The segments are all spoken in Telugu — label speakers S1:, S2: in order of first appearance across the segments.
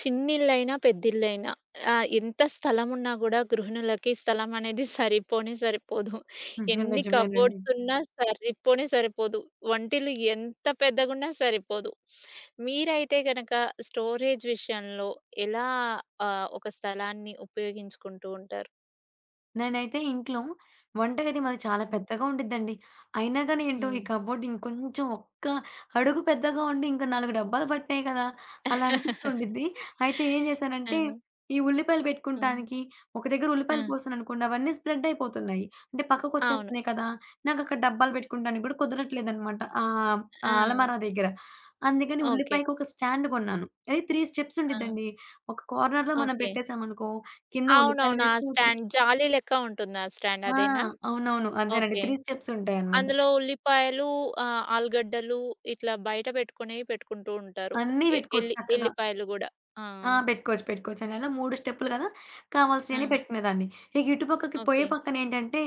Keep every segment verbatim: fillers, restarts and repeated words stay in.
S1: చిన్నిల్లైనా, పెద్దిల్లైనా ఆహ్, ఎంత స్థలమున్నా గూడా గృహిణులకి స్థలం అనేది సరిపోనే సరిపోదు. ఎన్ని
S2: నిజమేనండి.
S1: కబోర్డ్సున్నా సరిపోనే సరిపోదు. వంటిల్లు ఎంత పెద్దగున్నా సరిపోదు. మీరైతే గనక స్టోరేజ్ విషయంలో ఎలా ఆహ్, ఒక స్థలాన్ని ఉపయోగించుకుంటూ ఉంటారు?
S2: నేనైతే ఇంట్లో వంటగది మాది చాలా
S1: హ్మ్.
S2: పెద్దగా ఉండిద్దండి. అయినా గాని ఏంటో ఈ
S1: హ్మ్.
S2: కబోర్డ్ ఇంకొంచెం ఒక్క అడుగు పెద్దగా ఉండి ఇంకా నాలుగు డబ్బాలు పట్టినాయి కదా! అలా అనిపిస్తూ ఉండిద్ది. అయితే ఏం
S1: ఆ!
S2: చేశానంటే ఈ ఉల్లిపాయలు
S1: హ్మ్.
S2: పెట్టుకుంటానికి ఒక దగ్గర
S1: ఆ!
S2: ఉల్లిపాయలు కోసాననుకోండి అవన్నీ స్ప్రెడ్ అయిపోతున్నాయి. అంటే
S1: అవును.
S2: పక్కకొచ్చేస్తున్నాయి కదా! నాకు అక్కడ డబ్బాలు పెట్టుకుంటానికి కూడా కుదరట్లేదనమాట. ఆహ్, ఆ ఆ
S1: ఆ!
S2: అలమారా దగ్గర. అందుకని
S1: ఓకే.
S2: ఉల్లిపాయకి ఒక స్టాండ్ కొన్నాను. అది మూడు స్టెప్స్ ఉండిద్దండి.
S1: ఆ!
S2: ఒక కార్నర్‌లో మనం
S1: ఓకే.
S2: పెట్టేసామనుకో కింద ఉల్లిపాయలు
S1: అవునవును. ఆ
S2: వేసుకోవచ్చు.
S1: స్టాండ్ జాలీ లెక్క ఉంటుంది ఆ స్టాండ్
S2: ఆ!
S1: అదేనా?
S2: అవునవును. అదేనండి.
S1: ఓకే.
S2: మూడు స్టెప్స్ ఉంటాయన్నమాట.
S1: అందులో ఉల్లిపాయలు ఆహ్, ఆలుగడ్డలు ఇట్లా బయట పెట్టుకునేవి పెట్టుకుంటూ ఉంటారు.
S2: అన్నీ
S1: ఎ
S2: పెట్టుకోవచ్చు
S1: ఎల్లి
S2: చక్కగా.
S1: ఎల్లిపాయలు గూడా. ఆ!
S2: ఆ! పెట్టుకోవచ్చు. పెట్టుకోవచ్చండి. అలా మూడు స్టెప్పులు గదా!
S1: ఆ!
S2: కావాల్సినయన్ని పెట్టుకునేదాన్ని. ఇక ఇటు పక్కకి పొయ్యి
S1: ఓకే.
S2: పక్కనేంటంటే,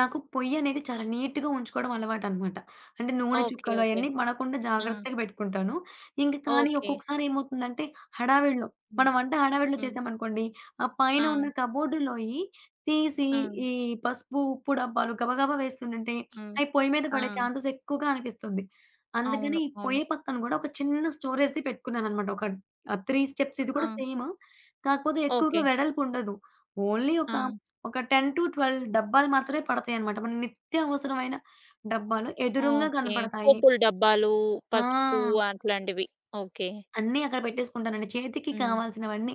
S2: నాకు పొయ్యనేది చాలా నీట్‌గా ఉంచుకోవడం అలవాటనమాట. అంటే నూనె
S1: ఓకే.
S2: చుక్కలు
S1: ఓకే.
S2: అయన్నీ పడకుండా
S1: ఆ!
S2: జాగ్రత్తగా పెట్టుకుంటాను. ఇంక కానీ
S1: ఓకే.
S2: ఒక్కొక్కసారి ఏమవుతుందంటే, హడావిడిలో
S1: హ్మ్.
S2: మనం వంట హడావిడిలో
S1: హ్మ్.
S2: చేశామనుకోండి, ఆ పైన
S1: ఆ!
S2: ఉన్న కబోర్డులోయి తీసి
S1: ఆ!
S2: ఈ పసుపు, ఉప్పు డబ్బాలు గబగబా వేస్తుండంటే,
S1: ఆ!
S2: అయి పొయ్యి మీద
S1: ఆ!
S2: పడే ఛాన్సెస్ ఎక్కువగా అనిపిస్తుంది. అందుకని
S1: అవును. అవును.
S2: పొయ్యి పక్కన గూడా ఒక చిన్న స్టోరేజ్‌ది పెట్టుకున్నాననమాట. ఒక ఆ! మూడు స్టెప్స్ ఇది
S1: ఆ!
S2: కూడా సేము. కాకపోతే ఎక్కువగా
S1: ఓకే.
S2: వెడల్పు ఉండదు. ఓన్లీ ఒక,
S1: ఆ!
S2: ఒక పది పన్నెండు డబ్బాలు మాత్రమే పడతాయన్నమాట. మన నిత్య అవసరమైన డబ్బాలు ఎదురుంగా
S1: ఓకే.
S2: కనపడతాయి.
S1: పోపుల డబ్బాలు, పసుపు
S2: ఆ!
S1: అట్లాంటివి. ఓకే.
S2: అన్నీ అక్కడ పెట్టేసుకుంటానండి. చేతికి
S1: హ్మ్.
S2: కావాల్సినవన్నీ.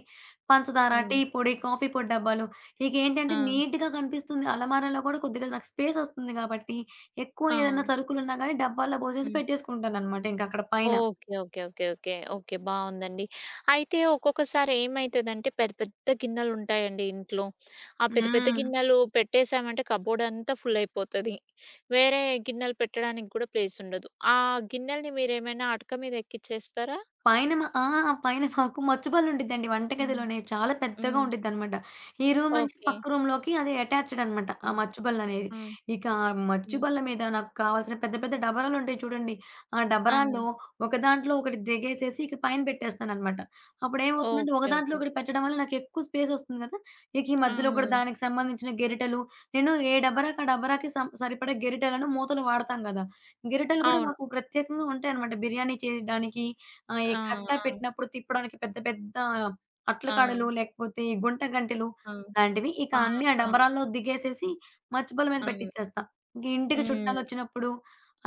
S2: పంచదార,
S1: హ్మ్.
S2: టీ పొడి, కాఫీ పొడి డబ్బాలు. ఇకేంటంటే
S1: ఆ!
S2: నీట్‌గా కనిపిస్తుంది. అలమారాలో కూడా కొద్దిగా నాకు స్పేస్ వస్తుంది గాబట్టి, ఎక్కువ
S1: ఆ!
S2: ఏదైనా సరుకులున్నా గానీ డబ్బాల్లో పోసేసి
S1: హ్మ్.
S2: పెట్టేసుకుంటానన్నమాట ఇంకక్కడ పైన.
S1: Okay. Okay. Okay. Okay. Okay. బావుందండి. అయితే ఒక్కొక్కసారి ఏమైతదంటే పెద్ద పెద్ద గిన్నెలుంటాయండి ఇంట్లో. ఆ పెద్ద పెద్ద
S2: హ్మ్.
S1: గిన్నెలు పెట్టేసామంటే కబోర్డ్ అంతా ఫుల్లయిపోతది. వేరే గిన్నెలు పెట్టడానికి గూడా ప్లేసుండదు. ఆ గిన్నెల్ని మీరేమైనా అటక మీద ఎక్కిచ్చేస్తారా?
S2: పైన మా ఆ! పైన మాకు మచ్చుబళ్ళుండిద్దండి
S1: హ్మ్.
S2: వంటగదిలోనే. చాలా పెద్దగా
S1: హ్మ్.
S2: ఉండిద్దనమాట. ఈ రూమ్ నుంచి
S1: ఓకే.
S2: పక్క రూమ్‌లోకి అది అటాచ్డ్ అనమాట. ఆ
S1: హ్మ్.
S2: మచ్చుబళ్ళనేది.
S1: హ్మ్.
S2: ఇక ఆ
S1: హ్మ్.
S2: మచ్చుబళ్ళ మీద నాకు కావాల్సిన పెద్ద పెద్ద డబరాలుంటాయి చూడండి. ఆ
S1: ఆ!
S2: డబరాల్లో ఒక దాంట్లో ఒకటి దిగేసేసి ఇక పైన పెట్టేస్తాననమాట. అప్పుడేమవుతుందంటే ఒక
S1: ఓకే.
S2: దాంట్లో
S1: ఓకే. ఓకే.
S2: ఒకటి పెట్టడం వల్ల నాకెక్కువ స్పేసొస్తుంది గదా! ఇక ఈ
S1: ఆ!
S2: మధ్యలో కూడా దానికి సంబంధించిన గెరిటెలు నేను ఏ డబరాకి ఆ డబరాకి సం సరిపడా గెరిటెలను మూతలు వాడతాం గదా! గెరిటెలు గూడా
S1: అవును.
S2: మాకు ప్రత్యేకంగా ఉంటాయనమాట. బిర్యానీ చేయడానికి ఆ! ఈ
S1: ఆ!
S2: కట్ట పెట్టినప్పుడు తిప్పడానికి పెద్ద పెద్ద అట్ల
S1: ఆ! ఆ!
S2: కాడలు, లేకపోతే ఈ గుంట గంటెలు
S1: ఆ!
S2: లాంటివి. ఇక
S1: ఆ! ఆ!
S2: అన్నీ ఆ డబరాల్లో దిగేసేసి మచ్చిపొల మీద
S1: అవును.
S2: పెట్టిచ్చేస్తా. ఇంక ఇంటికి
S1: హ్మ్.
S2: చుట్టాలొచ్చినప్పుడు,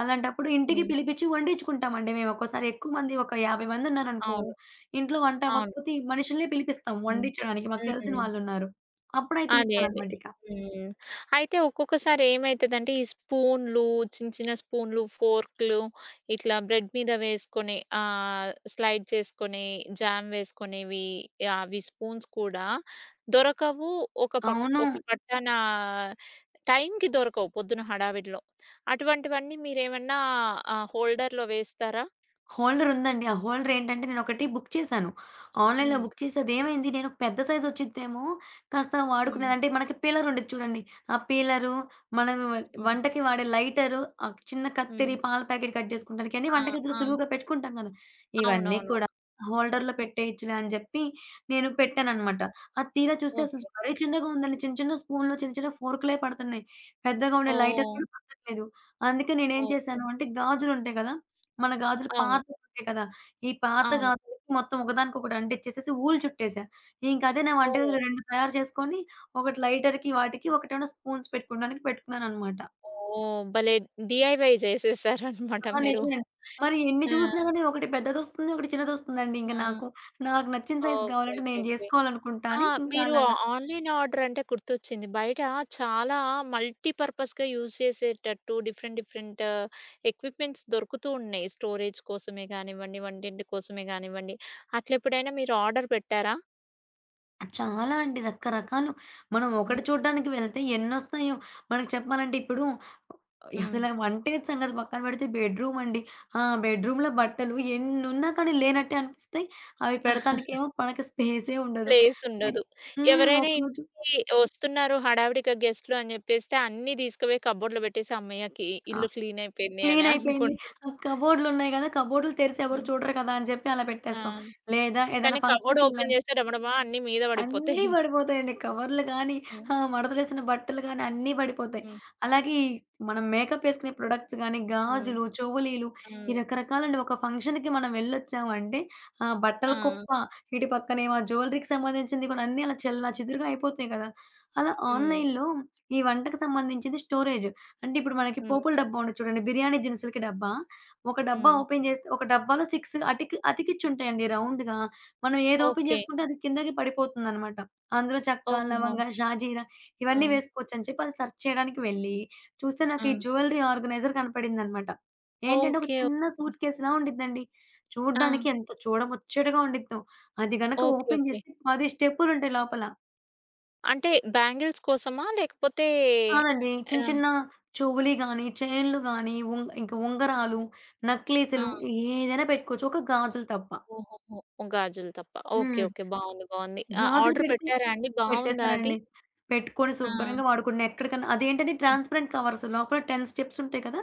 S2: అలాంటప్పుడు ఇంటికి
S1: హ్మ్.
S2: పిలిపిచ్చి వండించుకుంటామండి మేము. ఒక్కోసారి ఎక్కువ మంది ఒక యాభై మందున్నారనుకో,
S1: అవును.
S2: ఇంట్లో వంట
S1: అవును.
S2: అవ్వకపోతే మనుషులనే పిలిపిస్తాం
S1: హ్మ్.
S2: వండించడానికి. మాకు తెలిసిన
S1: హ్మ్.
S2: వాళ్ళున్నారు. అప్పుడయి
S1: అదే. అదే.
S2: తీస్తాననమాట ఇక.
S1: హ్మ్. అయితే ఒక్కొక్కసారి ఏమైతదంటే ఈ స్పూన్‌లు చిన్న చిన్న స్పూన్‌లు, ఫోర్క్‌లు ఇట్లా బ్రెడ్ మీద వేసుకొని ఆహ్, స్లైడ్ చేసుకొని జామ్ వేసుకునేవి అవి స్పూన్స్ కూడా దొరకవు. ఒక పక్
S2: అవును.
S1: ఒక పట్టాన టైంకి దొరకవు పొద్దున హడావిడిలో. అటువంటివన్నీ మీరేమన్నా ఆహ్, హోల్డర్‌లో వేస్తారా?
S2: హోల్డర్ ఉందండి. ఆ హోల్డర్ ఏంటంటే నేనొకటి బుక్ చేశాను. ఆన్‌లైన్‌లో
S1: హ్మ్.
S2: బుక్ చేసి అదేమైంది నేను ఒక పెద్ద సైజ్ వచ్చిద్దేమో కాస్త
S1: హ్మ్.
S2: వాడుకునేది అంటే మనకి పీలర్ ఉండిద్ది చూడండి. ఆ పీలరు, మనం
S1: హ్మ్.
S2: వంటకి వాడే లైటరు, ఆ చిన్న
S1: హ్మ్.
S2: కత్తెరి, పాల ప్యాకెట్ కట్ జేసుకోవడానికి అన్ని
S1: ఆ!
S2: వంటగదిలో
S1: ఆ!
S2: సులువుగా పెట్టుకుంటాం గదా! ఇవన్నీ
S1: అవునవునవును.
S2: కూడా హోల్డర్‌లో పెట్టేయచ్చులే అని జెప్పి నేను
S1: హ్మ్.
S2: పెట్టాననమాట. అది తీరా చూస్తే అసలు
S1: ఓకే.
S2: మరీ చిన్నగా ఉందండి. చిన్న చిన్న స్పూన్‌లు, చిన్న చిన్న ఫోర్కులే పడుతున్నాయి. పెద్దగా ఉండే లైటర్
S1: ఓహ్!
S2: కూడా పడట్లేదు. అందుకే నేనేం
S1: ఓకే.
S2: చేశాను అంటే గాజులుంటాయి గదా! మన గాజులు
S1: అవును.
S2: పాతవుంటాయి కదా! ఈ పాత
S1: అవును.
S2: గాజులకి మొత్తం ఒకదానికొకటి అంటిచ్చేసేసి వూలు చుట్టేసా. ఇంకదే నా
S1: ఓహ్!
S2: వంటగదిలో రెండు తయారు చేసుకొని, ఒకటి లైటర్‌కి వాటికి, ఒకటేమో స్పూన్స్ పెట్టుకోడానికి పెట్టుకున్నాననమాట.
S1: ఓహ్! భలే డీఐవై చేసేసారనమాట
S2: ఆ!
S1: మీరు.
S2: నిజమేనండి. మరి ఎన్ని
S1: ఆ!
S2: చూసినా గాని ఒకటి పెద్దదొస్తుంది, ఒకటి చిన్నదొస్తుందండి. ఇంక
S1: ఆ!
S2: నాకు, నాకు నచ్చిన సైజ్
S1: ఓకే.
S2: గావాలంటే
S1: ఓకే.
S2: నేను
S1: ఓకే.
S2: జేసుకోవాలనుకుంటా
S1: ఆ!
S2: అని ఇంకా
S1: మీరు
S2: అలాగా.
S1: ఆన్‌లైన్ ఆర్డర్ అంటే గుర్తొచ్చింది. బయట చాలా మల్టీ పర్పస్‌గా యూజ్ చేసేటట్టు డిఫరెంట్ డిఫరెంట్ ఎక్విప్‌మెంట్స్ దొరుకుతూ ఉన్నాయి. స్టోరేజ్ కోసమే గానివ్వండి, వంటింటి కోసమే గానివ్వండి. అట్లెప్పుడైనా మీరు ఆర్డర్ పెట్టారా?
S2: చాలా అండి. రకరకాలు. మనం
S1: హ్మ్.
S2: ఒకటి చూడ్డానికి వెళ్తే ఎన్నొస్తాయో. మనకు చెప్పాలంటే ఇప్పుడు
S1: హ్మ్.
S2: అసల వంటగది సంగతి పక్కన పెడితే బెడ్‌రూమ్ అండి. ఆ బెడ్‌రూమ్‌లో బట్టలు ఎన్నున్నా కానీ లేనట్టే అనిపిస్తాయి. అవి పెడతానికేమో మనకి స్పేసే ఉండదు. అయి
S1: ప్లేసుండదు.
S2: హ్మ్.
S1: ఎవరైనా
S2: ఒకరోజు.
S1: ఇంటికి ఒస్తున్నారు హడావిడిగా గెస్ట్‌లు అని జెప్పేస్తే అన్నీ తీసుకుపోయి కబోర్డ్‌లో బెట్టేసి, హమ్మయ్యకి
S2: ఆ!
S1: ఇల్లు క్లీన్ అయిపోయింది అని
S2: క్లీన్ అయిపోయింది.
S1: అనుకుంటాం.
S2: కబోర్డ్‌లున్నాయి గదా! కబోర్డ్‌లు తెరిసి ఎవరు
S1: హ్మ్.
S2: చూడరు కదా! అని చెప్పి అలా
S1: ఆ!
S2: పెట్టేస్తాం. లేదా
S1: కానీ
S2: ఏదైనా
S1: కబోర్డ్ ఓపెన్
S2: ఫంక్షన్‌కెళ్ళాలి
S1: జేస్తే డమడమా అన్నీ మీద
S2: అన్నీ
S1: పడిపోతాయి.
S2: పడిపోతాయండి. కవర్లు గానీ,
S1: హ్మ్.
S2: ఆహ్, మడతలేసిన బట్టలు గానీ అన్నీ పడిపోతాయి.
S1: హ్మ్.
S2: అలాగే ఈ మనం మేకప్ ఏసుకునే ప్రొడక్ట్స్ గానీ,
S1: హ్మ్.
S2: గాజులు, చెవులీలు ఈ
S1: హ్మ్.
S2: రకరకాలండి. ఒక ఫంక్షన్‌కి మనం వెళ్ళొచ్చామంటే ఆహ్, బట్టల
S1: ఆ!
S2: కుప్ప, ఇటు పక్కనేమో జ్యువెలరీకి సంబంధించింది కూడా అన్నీ అలా చెల్లా చెదురుగా అయిపోతున్నాయి కదా! అలా
S1: హ్మ్.
S2: ఆన్‌లైన్‌లో ఈ వంటకు సంబంధించింది స్టోరేజ్. అంటే ఇప్పుడు మనకి
S1: హ్మ్.
S2: పోపుల డబ్బా ఉండదు చూడండి. బిర్యానీ దినుసులకి డబ్బా. ఒక డబ్బా
S1: హ్మ్.
S2: ఓపెన్ చేస్తే ఒక డబ్బాలో ఆరు అతికి అతికిచ్చుంటాయండి రౌండ్‌గా. మనం ఏది ఓపెన్
S1: ఓకే.
S2: చేసుకుంటే అది కిందకి పడిపోతుందనమాట. అందులో చెక్క,
S1: ఓహోహో!
S2: లవంగ, షాజీరా
S1: ఆ!
S2: ఇవన్నీ వేసుకోవచ్చని చెప్పి అది సెర్చ్ చేయడానికి వెళ్ళి, చూస్తే నాకు
S1: ఆ!
S2: ఈ జ్యువెలరీ ఆర్గనైజర్ కనపడిందనమాట. ఏంటంటే ఒక
S1: ఓకే. ఓ
S2: చిన్న సూట్ కేస్‌లా ఉండిద్దండి.
S1: ఆ!
S2: చూడ్డానికి ఎంత చూడముచ్చటగా ఉండిద్దో. అది గనక
S1: ఓకే.
S2: Open
S1: okay.
S2: చేస్తే పది స్టెప్పులుంటాయి లోపల.
S1: అంటే బ్యాంగిల్స్ కోసమా? లేకపోతే
S2: కాదండి. చిన్న
S1: ఆ!
S2: చిన్న చెవులి గాని, చైన్‌లు గాని, ఉం ఇంకా
S1: ఆ!
S2: ఉంగరాలు,
S1: ఆ!
S2: నక్లీసులు ఏదైనా పెట్టుకోవచ్చు. ఒక గాజులు తప్ప.
S1: ఓహోహో! గాజులు తప్ప. ఓకే.
S2: హ్మ్.
S1: ఓకే. బావుంది. బావుంది. ఆ!
S2: గాజులు
S1: ఆర్డర్
S2: పెడితే
S1: పెట్టారా అండి? బావుందా అది?
S2: పెట్టేసానండి. పెట్టుకొని
S1: ఆ!
S2: శుభ్రంగా వాడుకున్నా. ఎక్కడికన్నా అదేంటంటే
S1: ఆ!
S2: ట్రాన్స్పరెంట్ కవర్స్ లోపల పది స్టెప్స్ ఉంటాయి కదా!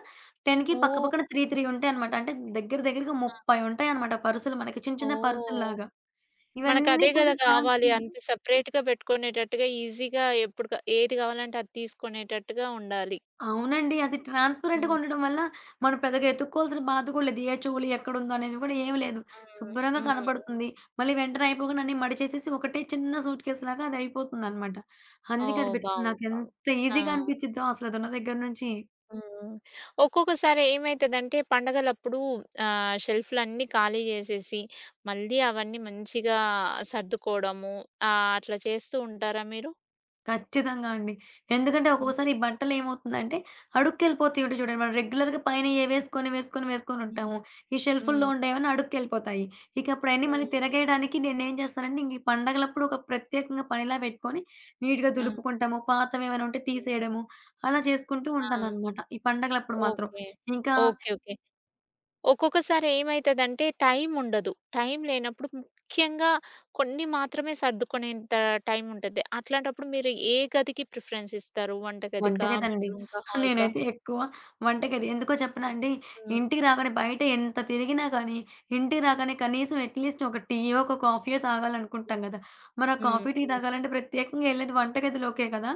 S2: 10కి పక్క
S1: ఓహ్!
S2: పక్కన మూడు, మూడు ఉంటాయన్నమాట. అంటే దగ్గర దగ్గరగా
S1: ఆ!
S2: ముప్పై ఉంటాయన్నమాట పర్సులు మనకి చిన్న చిన్న
S1: ఓహ్!
S2: పర్సుల్లాగా. ఇవన్నీ
S1: మనకదే
S2: కూడా
S1: గదా కావాలి.
S2: ట్రాన్స్పరెంట్.
S1: అంత సెపరేట్‌గా పెట్టుకునేటట్టుగా ఈజీగా ఎప్పుడు క ఏది కావాలంటే అది తీసుకునేటట్టుగా ఉండాలి.
S2: అవునండి. అది ట్రాన్స్‌పరెంట్‌గా
S1: హ్మ్.
S2: ఉండడం వల్ల, మనం పెద్దగా ఎతుక్కోవాల్సిన బాధ కూడా లేదు. ఏ చెవులు ఎక్కడుందో అనేది కూడా ఏమి లేదు.
S1: హ్మ్.
S2: శుభ్రంగా
S1: హ్మ్. హ్మ్.
S2: కనపడుతుంది. మళ్ళీ వెంటనే అయిపోగానే అన్నీ మడిచేసేసి ఒకటే చిన్న సూట్ కేస్‌లాగా అది అయిపోతుందనమాట. అందుకే అది
S1: ఓహ్!
S2: పెట్టుకుని
S1: బావుంది. బావుంది.
S2: నాకెంత
S1: ఆ!
S2: ఈజీగా అనిపిచ్చిద్దో అసలది ఉన్న దగ్గర నుంచి.
S1: హ్మ్. ఒక్కొక్కసారి ఏమైతదంటే పండగలప్పుడు ఆహ్, షెల్ఫ్‌లన్నీ ఖాళీ జేసేసి, మళ్ళీ అవన్నీ మంచిగా సర్దుకోవడము ఆహ్, అట్లా చేస్తూ ఉంటారా మీరు?
S2: ఖచ్చితంగా అండి. ఎందుకంటే
S1: హ్మ్.
S2: ఒక్కోసారి ఈ బట్టలేమవుతుందంటే అడుక్కెళ్ళిపోతాయుంటాయి చూడండి. మనం రెగ్యులర్‌గా పైనయే వేసుకొని, వేసుకొని,
S1: హ్మ్.
S2: వేసుకొనుంటాము. ఈ షెల్ఫుల్లో
S1: హ్మ్.
S2: ఉండేవన్నీ అడుక్కెళ్ళిపోతాయి. ఇక అప్పుడయన్నీ మళ్ళీ
S1: హ్మ్.
S2: తిరగేయడానికి నేనేం చేస్తానంటే ఇంక ఈ పండగలప్పుడు ఒక ప్రత్యేకంగా పనిలా పెట్టుకొని నీట్‌గా
S1: హ్మ్.
S2: దులుపుకుంటాము. పాతవేమైనా ఉంటే
S1: హ్మ్.
S2: తీసేయడము అలా చేసుకుంటూ
S1: ఆ!
S2: ఉంటాననమాట. ఈ పండగలప్పుడు మాత్రం.
S1: ఓకే.
S2: ఇంకా
S1: ఓకే. ఓకే. ఒక్కొక్కసారి ఏమైతదంటే టైం ఉండదు. టైం లేనప్పుడు ముఖ్యంగా కొన్ని మాత్రమే సర్దుకునేంత టైం ఉంటది. అట్లాంటప్పుడు మీరు ఏ గదికి ప్రిఫరెన్స్ ఇస్తారు? వంటగదికా?
S2: వంటగదండి.
S1: బెడ్‌రూమ్‌కా? హాల్‌కా?
S2: నేనైతే ఎక్కువ వంటగది. ఎందుకో చెప్పనా అండి,
S1: హ్మ్.
S2: ఇంటికి రాగానే బయట ఎంత తిరిగినా కానీ, ఇంటికి రాగానే కనీసం అట్‌లీస్ట్ ఒక టీయో, ఒక కాఫీయో తాగాలనుకుంటాం
S1: హ్మ్.
S2: గదా! మరి ఆ
S1: హ్మ్.
S2: కాఫీ, టీ తాగాలంటే ప్రత్యేకంగా ఎళ్ళేది వంటగదిలోకే కదా!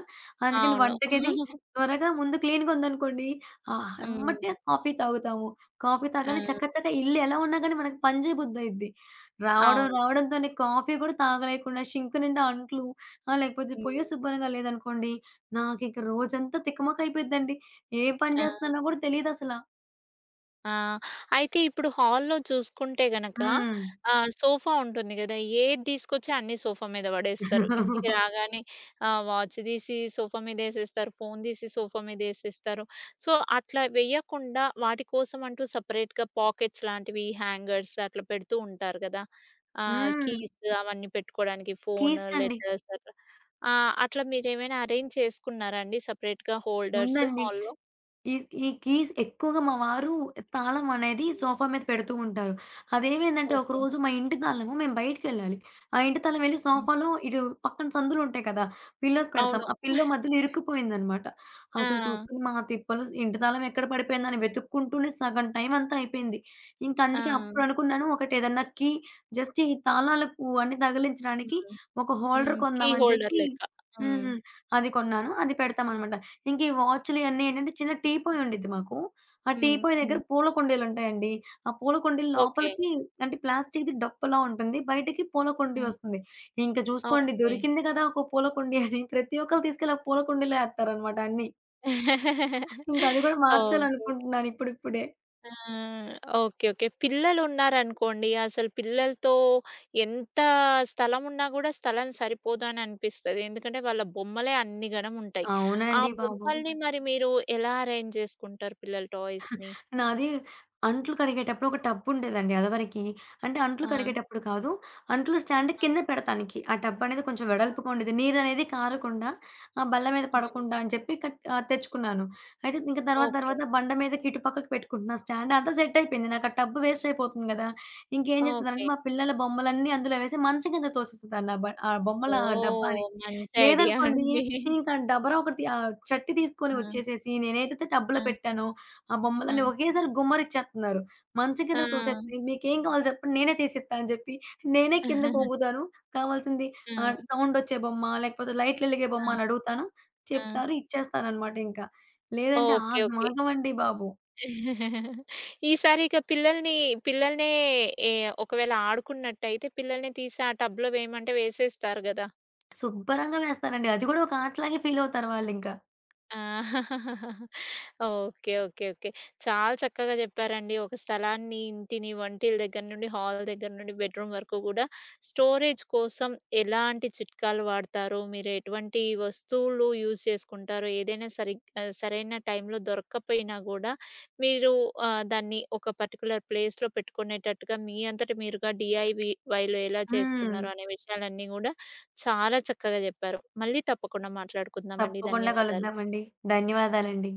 S2: అందుకని
S1: అవును.
S2: వంటగది త్వరగా ముందు క్లీన్‌గా ఉందనుకోండి, ఆహ్,
S1: హ్మ్.
S2: ఎమ్మటే కాఫీ తాగుతాము. కాఫీ
S1: ఆ!
S2: తాగానే చక చక ఇల్లు ఎలా ఉన్నా గానీ మనకు పని చేయబుద్దయిద్ది. రావడం
S1: అవును.
S2: రావడంతోనే కాఫీ గూడా తాగలేకుండా, సింక్ నిండా అంట్లు, ఆహ్, లేకపోతే పొయ్య
S1: హ్మ్.
S2: శుభ్రంగా లేదనుకోండి నాకింక రోజంతా తికమక అయిపోయిద్దండి. ఏ పని
S1: ఆ!
S2: జేస్తున్నానో గూడా తెలీదసల.
S1: ఆ! అయితే ఇప్పుడు హాల్‌లో చూసుకుంటే గనక
S2: హ్మ్.
S1: ఆహ్, సోఫా ఉంటుంది గదా! ఏది తీసుకొచ్చి అన్నీ సోఫా మీద పడేస్తారు. ఇంటికి రాగానే ఆహ్, వాచ్ తీసి సోఫా మీదేసేస్తారు. ఫోన్ తీసి సోఫా మీదేసేస్తారు. సో, అట్లా వెయ్యకుండా వాటి కోసం అంటూ సెపరేట్‌గా పాకెట్స్ లాంటివి, హ్యాంగర్స్ అట్లా పెడుతూ ఉంటారు గదా! ఆహ్,
S2: హ్మ్.
S1: కీస్ అవన్నీ పెట్టుకోవడానికి ఫోన్,
S2: కేస్‌కండి.
S1: లెటర్స్ అట్లా. ఆ! అట్లా మీరేమైనా అరేంజ్ చేసుకున్నారా అండి? సెపరేట్‌గా హోల్డర్స్
S2: ఉందండి.
S1: హాల్‌లో?
S2: ఈ ఈ కీస్ ఎక్కువగా మా వారు తాళం అనేది
S1: హ్మ్.
S2: సోఫా మీద పెడుతూ ఉంటారు. అదేమైందంటే
S1: ఓకే.
S2: ఒకరోజు మా ఇంటి తాళము మేము బయటికెళ్ళాలి. ఆ ఇంటి తాళం వెళ్లి
S1: హ్మ్.
S2: సోఫాలో ఇటు పక్కన సందులుంటాయి కదా! పిల్లోస్ పెడతాం.
S1: అవును.
S2: ఆ పిల్లో మధ్యలో ఇరుక్కుపోయిందనమాట.
S1: ఆ!
S2: అసలు చూసుకొని మా తిప్పలు ఇంటి తాళం ఎక్కడ పడిపోయిందని వెతుక్కుంటూనే సగం టైం అంతా అయిపోయింది. ఇంక అందుకే
S1: ఆ!
S2: అప్పుడు అనుకున్నాను ఒకటి ఏదన్నా కీ జస్ట్ ఈ తాళాలకు అన్నీ తగిలించడానికి
S1: హ్మ్.
S2: ఒక హోల్డర్
S1: హ్మ్. కీ
S2: కొందాం అని
S1: హోల్డర్
S2: చెప్పి
S1: లెక్క.
S2: హ్మ్.
S1: హ్మ్.
S2: హ్మ్. అది కొన్నాను. అది పెడతామనమాట. ఇంక ఈ వాచ్‌లు ఇయన్నీ ఏంటంటే చిన్న టీ పొయి ఉండిద్ది మాకు. ఆ టీ
S1: హ్మ్.
S2: పొయి దగ్గర
S1: హ్మ్.
S2: పూల కుండీలుంటాయండి. ఆ పూల కుండీల
S1: ఓకే.
S2: లోపలికి అంటే ప్లాస్టిక్‌ది డప్పలా ఉంటుంది. బయటకి పూల కుండీ
S1: హ్మ్.
S2: వస్తుంది. ఇంక చూసుకోండి
S1: ఓకే.
S2: దొరికింది కదా! ఒక పూల కుండీ అని ప్రతి ఒక్కళ్ళు తీసుకెళ్ళి ఆ పూల కుండీలో ఎత్తారనమాట అన్నీ. ఇంక అది కూడా
S1: ఓకే. ఓకే.
S2: మార్చాలనుకుంటున్నాను ఇప్పుడిప్పుడే.
S1: ఆ! ఓకే. ఓకే. పిల్లలున్నారనుకోండి, అసలు పిల్లలతో ఎంత స్థలం ఉన్నా కూడా స్థలం సరిపోదు అని అనిపిస్తది. ఎందుకంటే వాళ్ళ బొమ్మలే అన్ని ఘనం ఉంటాయి. ఆ
S2: అవునండి బాబు.
S1: బొమ్మల్ని మరి మీరు ఎలా అరేంజ్ చేసుకుంటారు పిల్లల టాయ్స్‌ని?
S2: నాది అంట్లు కడిగేటప్పుడు ఒక టబ్బుండేదండి అదివరకి. అంటే అంట్లు
S1: ఆ!
S2: కడిగేటప్పుడు కాదు. అంట్లు స్టాండ్
S1: ఆ!
S2: కింద పెడతానికి. ఆ టబ్బనేది కొంచెం
S1: ఆ!
S2: వెడల్పుగా ఉండేది. నీరనేది కారకుండా ఆ బల్ల మీద
S1: హ్మ్.
S2: పడకుండా అని చెప్పి కట్ ఆహ్, తెచ్చుకున్నాను. అయితే ఇంక తర్వాత
S1: ఓకే.
S2: తర్వాత బండ మీదకి ఇటు పక్కకి పెట్టుకుంటున్నా స్టాండ్. అంతా సెట్ అయిపోయింది. నాకు ఆ టబ్ వేస్ట్ అయిపోతుంది గదా! ఇంకేం చేసేదానంటే
S1: ఓకే.
S2: మా పిల్లల బొమ్మలన్నీ అందులో వేసి మంచం కింద తోసేసేదాన్ని ఆ బ ఆ బొమ్మల డబ్బాని.
S1: ఓహ్! మంచి ఐడియా
S2: లేదనుకోండి
S1: అండి.
S2: ఇంకా డబరా ఒకటి ఆహ్, చట్టి తీసుకొని
S1: ఆ!
S2: వచ్చేసేసి నేనేదైతే టబ్‌లో
S1: ఆ!
S2: పెట్టానో ఆ
S1: ఆ!
S2: బొమ్మలన్నీ ఒకేసారి గుమ్మరిచ్చేత్తన్నారు. మంచం
S1: ఆ!
S2: కిందకి తోసేత్తే "మీకేం కావాలో చెప్పండి నేనే తీసిత్తా" అని చెప్పి నేనే
S1: ఆ!
S2: కిందకి వంగుతాను. కావాల్సింది ఆహ్, సౌండొచ్చే బొమ్మ, లేకపోతే లైట్‌లెలిగే
S1: ఆ!
S2: బొమ్మ అని అడుగుతాను.
S1: ఆ!
S2: చెప్తారు, ఇచ్చేస్తాననమాట ఇంకా. లేదంటే
S1: ఓకే. ఓకే.
S2: ఆగమాగమండి బాబు.
S1: ఈసారి ఇక పిల్లల్ని పిల్లల్నే ఏ ఒకవేళ ఆడుకున్నట్టయితే పిల్లల్ని తీసి ఆ టబ్‌లో వేయమంటే వేసేస్తారు గదా!
S2: శుభ్రంగా వేస్తానండి. అది కూడా ఒక ఆటలాగే ఫీలవుతారు వాళ్ళింకా.
S1: ఆ! ఓకే. ఓకే. ఓకే. చాలా చక్కగా చెప్పారండి. ఒక స్థలాన్ని, ఇంటిని, వంటిల దగ్గర నుండి, హాల్ దగ్గర నుండి, బెడ్‌రూమ్ వరకు గూడా స్టోరేజ్ కోసం ఎలాంటి చిట్కాలు వాడతారు? మీరు ఎటువంటి వస్తువులు యూజ్ చేసుకుంటారు? ఏదైనా సరిగ్ ఆహ్, సరైన టైంలో దొరక్కపోయినా గూడా మీరు ఆహ్, దాన్ని ఒక పర్టిక్యులర్ ప్లేస్‌లో పెట్టుకునేటట్టుగా మీ అంతట మీరుగా డీఐవీవైలో ఎలా
S2: హ్మ్.
S1: చేసుకున్నారు అనే విషయాలన్నీ గూడా చాలా చక్కగా జెప్పారు. మళ్ళీ తప్పకుండా మాట్లాడుకుందామండి.
S2: తప్పకుండా
S1: ధన్యవాదాలు.
S2: కలుద్దామండి. ధన్యవాదాలండి.